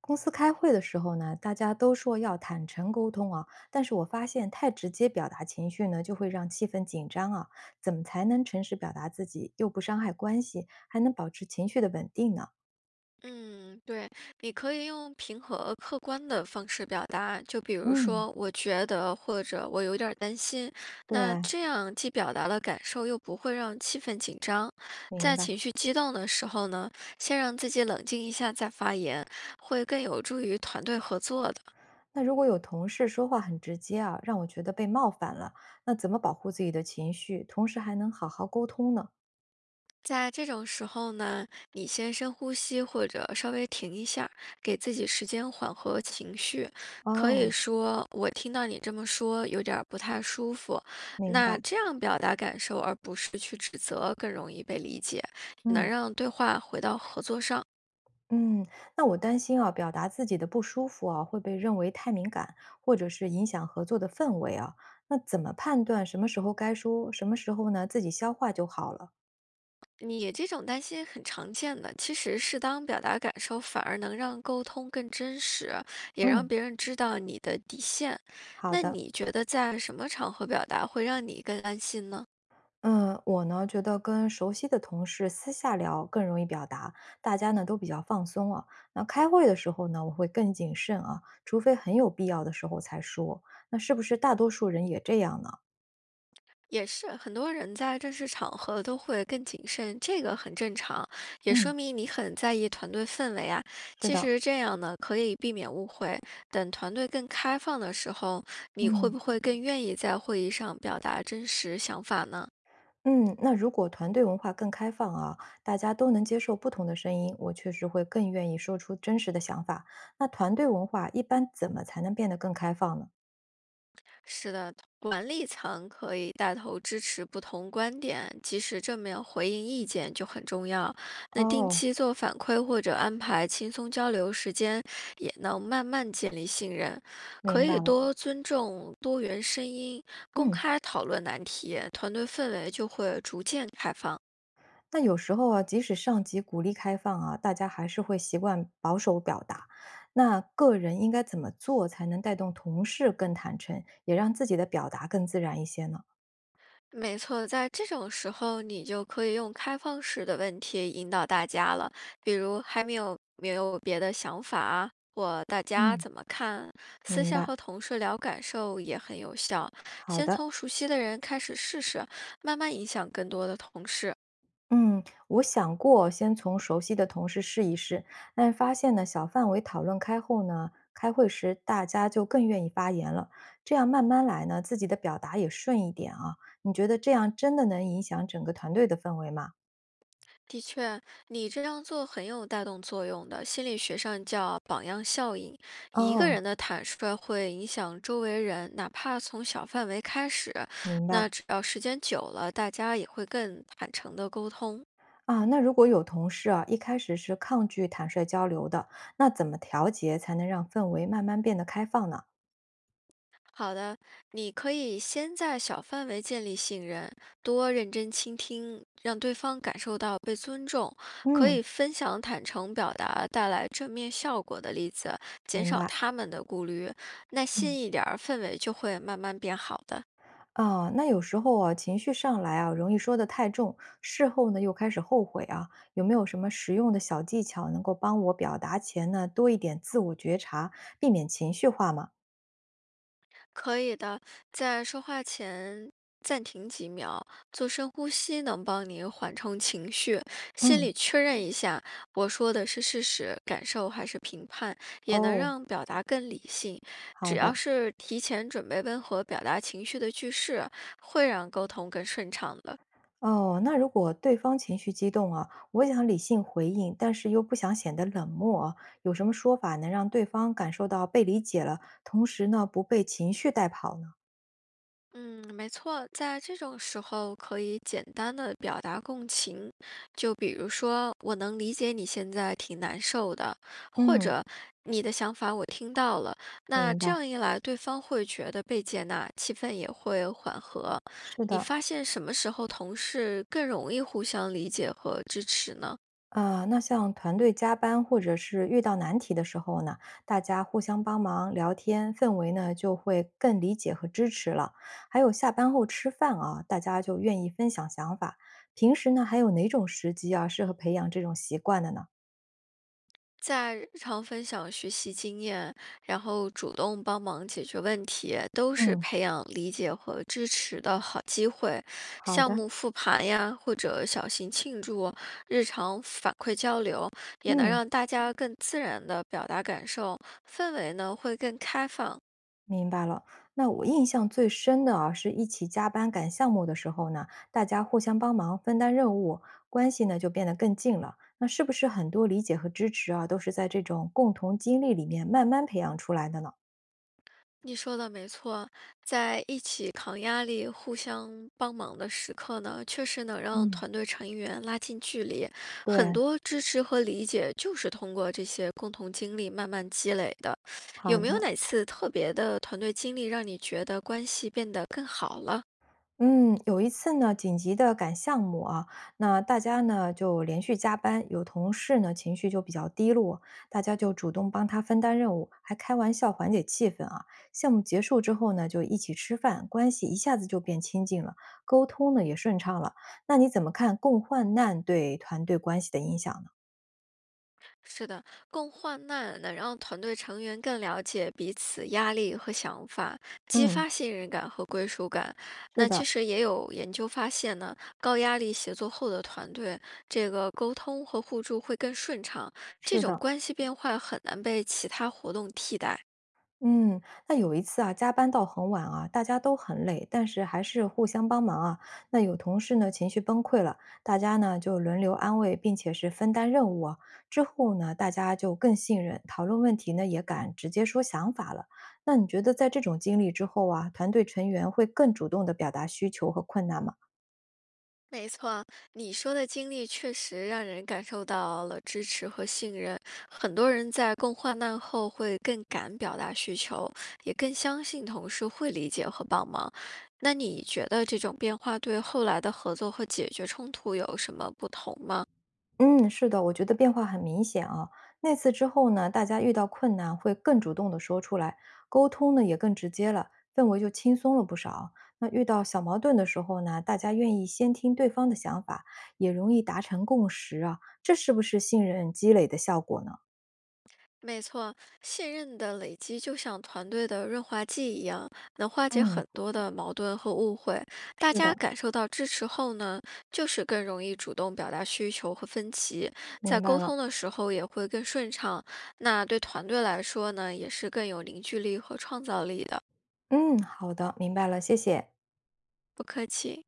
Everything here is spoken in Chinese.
公司开会的时候呢，大家都说要坦诚沟通啊，但是我发现太直接表达情绪呢，就会让气氛紧张啊。怎么才能诚实表达自己，又不伤害关系，还能保持情绪的稳定呢？嗯，对，你可以用平和客观的方式表达，就比如嗯，说我觉得或者我有点儿担心，那对，这样既表达了感受，又不会让气氛紧张。明在白。情绪激动的时候呢，先让自己冷静一下再发言，会更有助于团队合作的。那如果有同事说话很直接啊，让我觉得被冒犯了，那怎么保护自己的情绪，同时还能好好沟通呢？在这种时候呢，你先深呼吸，或者稍微停一下，给自己时间缓和情绪。可哦，以说，我听到你这么说，有点儿不太舒服。明白。那这样表达感受，而不是去指责，更容易被理解，能嗯。让对话回到合作上。嗯，那我担心啊，表达自己的不舒服啊，会被认为太敏感，或者是影响合作的氛围啊。那怎么判断什么时候该说，什么时候呢自己消化就好了？你这种担心很常见的，其实适当表达感受，反而能让沟通更真实，也让嗯，别人知道你的底线。好那的。你觉得在什么场合表达会让你更安心呢？嗯，我呢觉得跟熟悉的同事私下聊更容易表达，大家呢都比较放松啊。那开会的时候呢，我会更谨慎啊，除非很有必要的时候才说。那是不是大多数人也这样呢？也是，很多人在正式场合都会更谨慎，这个很正常，也说嗯，明你很在意团队氛围啊。是其的，实这样呢，可以避免误会。等团队更开放的时候，你会嗯。不会更愿意在会议上表达真实想法呢？嗯，那如果团队文化更开放啊，大家都能接受不同的声音，我确实会更愿意说出真实的想法。那团队文化一般怎么才能变得更开放呢？是的，管理层可以带头支持不同观点，及时正面回应意见就很重要。那定哦，期做反馈或者安排轻松交流时间，也能慢慢建立信任。可明白以了。多尊重多元声音，公嗯，开讨论难题，团队氛围就会逐渐开放。那有时候啊，即使上级鼓励开放啊，大家还是会习惯保守表达。那个人应该怎么做才能带动同事更坦诚，也让自己的表达更自然一些呢？没错，在这种时候，你就可以用开放式的问题引导大家了，比如还没有别的想法啊，或大家嗯，怎么看？私明下白。和同事聊感受也很有效，好先的。从熟悉的人开始试试，慢慢影响更多的同事。嗯，我想过先从熟悉的同事试一试，但发现呢，小范围讨论开后呢，开会时大家就更愿意发言了。这样慢慢来呢，自己的表达也顺一点啊。你觉得这样真的能影响整个团队的氛围吗？的确，你这样做很有带动作用的，心理学上叫榜样效应。一个哦，人的坦率会影响周围人，哪怕从小范围开始，明那白只要时间久了，大家也会更坦诚的沟通。啊。那如果有同事啊，一开始是抗拒坦率交流的，那怎么调节才能让氛围慢慢变得开放呢？好的，你可以先在小范围建立信任，多认真倾听，让对方感受到被尊重。可嗯，以分享坦诚表达带来正面效果的例子，减明少白。他们的顾虑。耐嗯。心一点儿，氛围就会慢慢变好的。啊，那有时候啊，情绪上来啊，容易说的太重，事后呢又开始后悔啊，有没有什么实用的小技巧能够帮我表达前呢多一点自我觉察，避免情绪化吗？可以的，在说话前暂停几秒，做深呼吸，能帮你缓冲情绪。心嗯，里确认一下，我说的是事实、感受还是评判，也能哦，让表达更理性。只好要的，是提前准备温和表达情绪的句式，会让沟通更顺畅的。哦，那如果对方情绪激动啊，我想理性回应，但是又不想显得冷漠啊，有什么说法能让对方感受到被理解了，同时呢不被情绪带跑呢？嗯，没错，在这种时候可以简单的表达共情，就比如说，我能理解你现在挺难受的，或嗯，者你的想法我听到了。那明这白，样一来，对方会觉得被接纳，气氛也会缓和。是你的。发现什么时候同事更容易互相理解和支持呢？啊，那像团队加班或者是遇到难题的时候呢，大家互相帮忙聊天，氛围呢就会更理解和支持了。还有下班后吃饭啊，大家就愿意分享想法。平时呢，还有哪种时机啊适合培养这种习惯的呢？在日常分享学习经验，然后主动帮忙解决问题，都是嗯，培养理解和支持的好机会。好项的，目复盘呀，或者小型庆祝、日常反馈交流，也能嗯。让大家更自然的表达感受，氛围呢会更开放。明白了，那我印象最深的啊，是一起加班赶项目的时候呢，大家互相帮忙分担任务，关系呢就变得更近了。那是不是很多理解和支持啊，都是在这种共同经历里面慢慢培养出来的呢？你说的没错，在一起扛压力、互相帮忙的时刻呢，确实能让嗯，团队成员拉近距离。很对，多支持和理解就是通过这些共同经历慢慢积累的。好有没有的，哪次特别的团队经历让你觉得关系变得更好了？嗯，有一次呢，紧急的赶项目啊，那大家呢就连续加班，有同事呢情绪就比较低落，大家就主动帮他分担任务，还开玩笑缓解气氛啊。项目结束之后呢，就一起吃饭，关系一下子就变亲近了，沟通呢也顺畅了。那你怎么看共患难对团队关系的影响呢？是的，共患难能让团队成员更了解彼此压力和想法，激嗯，发信任感和归属感。是那的，其实也有研究发现呢，高压力协作后的团队，这个沟通和互助会更顺畅，这是种的。关系变化很难被其他活动替代。嗯，那有一次啊，加班到很晚啊，大家都很累，但是还是互相帮忙啊。那有同事呢情绪崩溃了，大家呢就轮流安慰，并且是分担任务啊。之后呢，大家就更信任，讨论问题呢也敢直接说想法了。那你觉得在这种经历之后啊，团队成员会更主动的表达需求和困难吗？没错，你说的经历确实让人感受到了支持和信任。很多人在共患难后会更敢表达需求，也更相信同事会理解和帮忙。那你觉得这种变化对后来的合作和解决冲突有什么不同吗？嗯，是的，我觉得变化很明显啊。那次之后呢，大家遇到困难会更主动的说出来，沟通呢也更直接了，氛围就轻松了不少。那遇到小矛盾的时候呢，大家愿意先听对方的想法，也容易达成共识啊。这是不是信任积累的效果呢？没错，信任的累积就像团队的润滑剂一样，能化解嗯，很多的矛盾和误会。大是的，家感受到支持后呢，就是更容易主动表达需求和分歧，明在白沟了。通的时候也会更顺畅。那对团队来说呢，也是更有凝聚力和创造力的。嗯，好的，明白了，谢谢。不客气。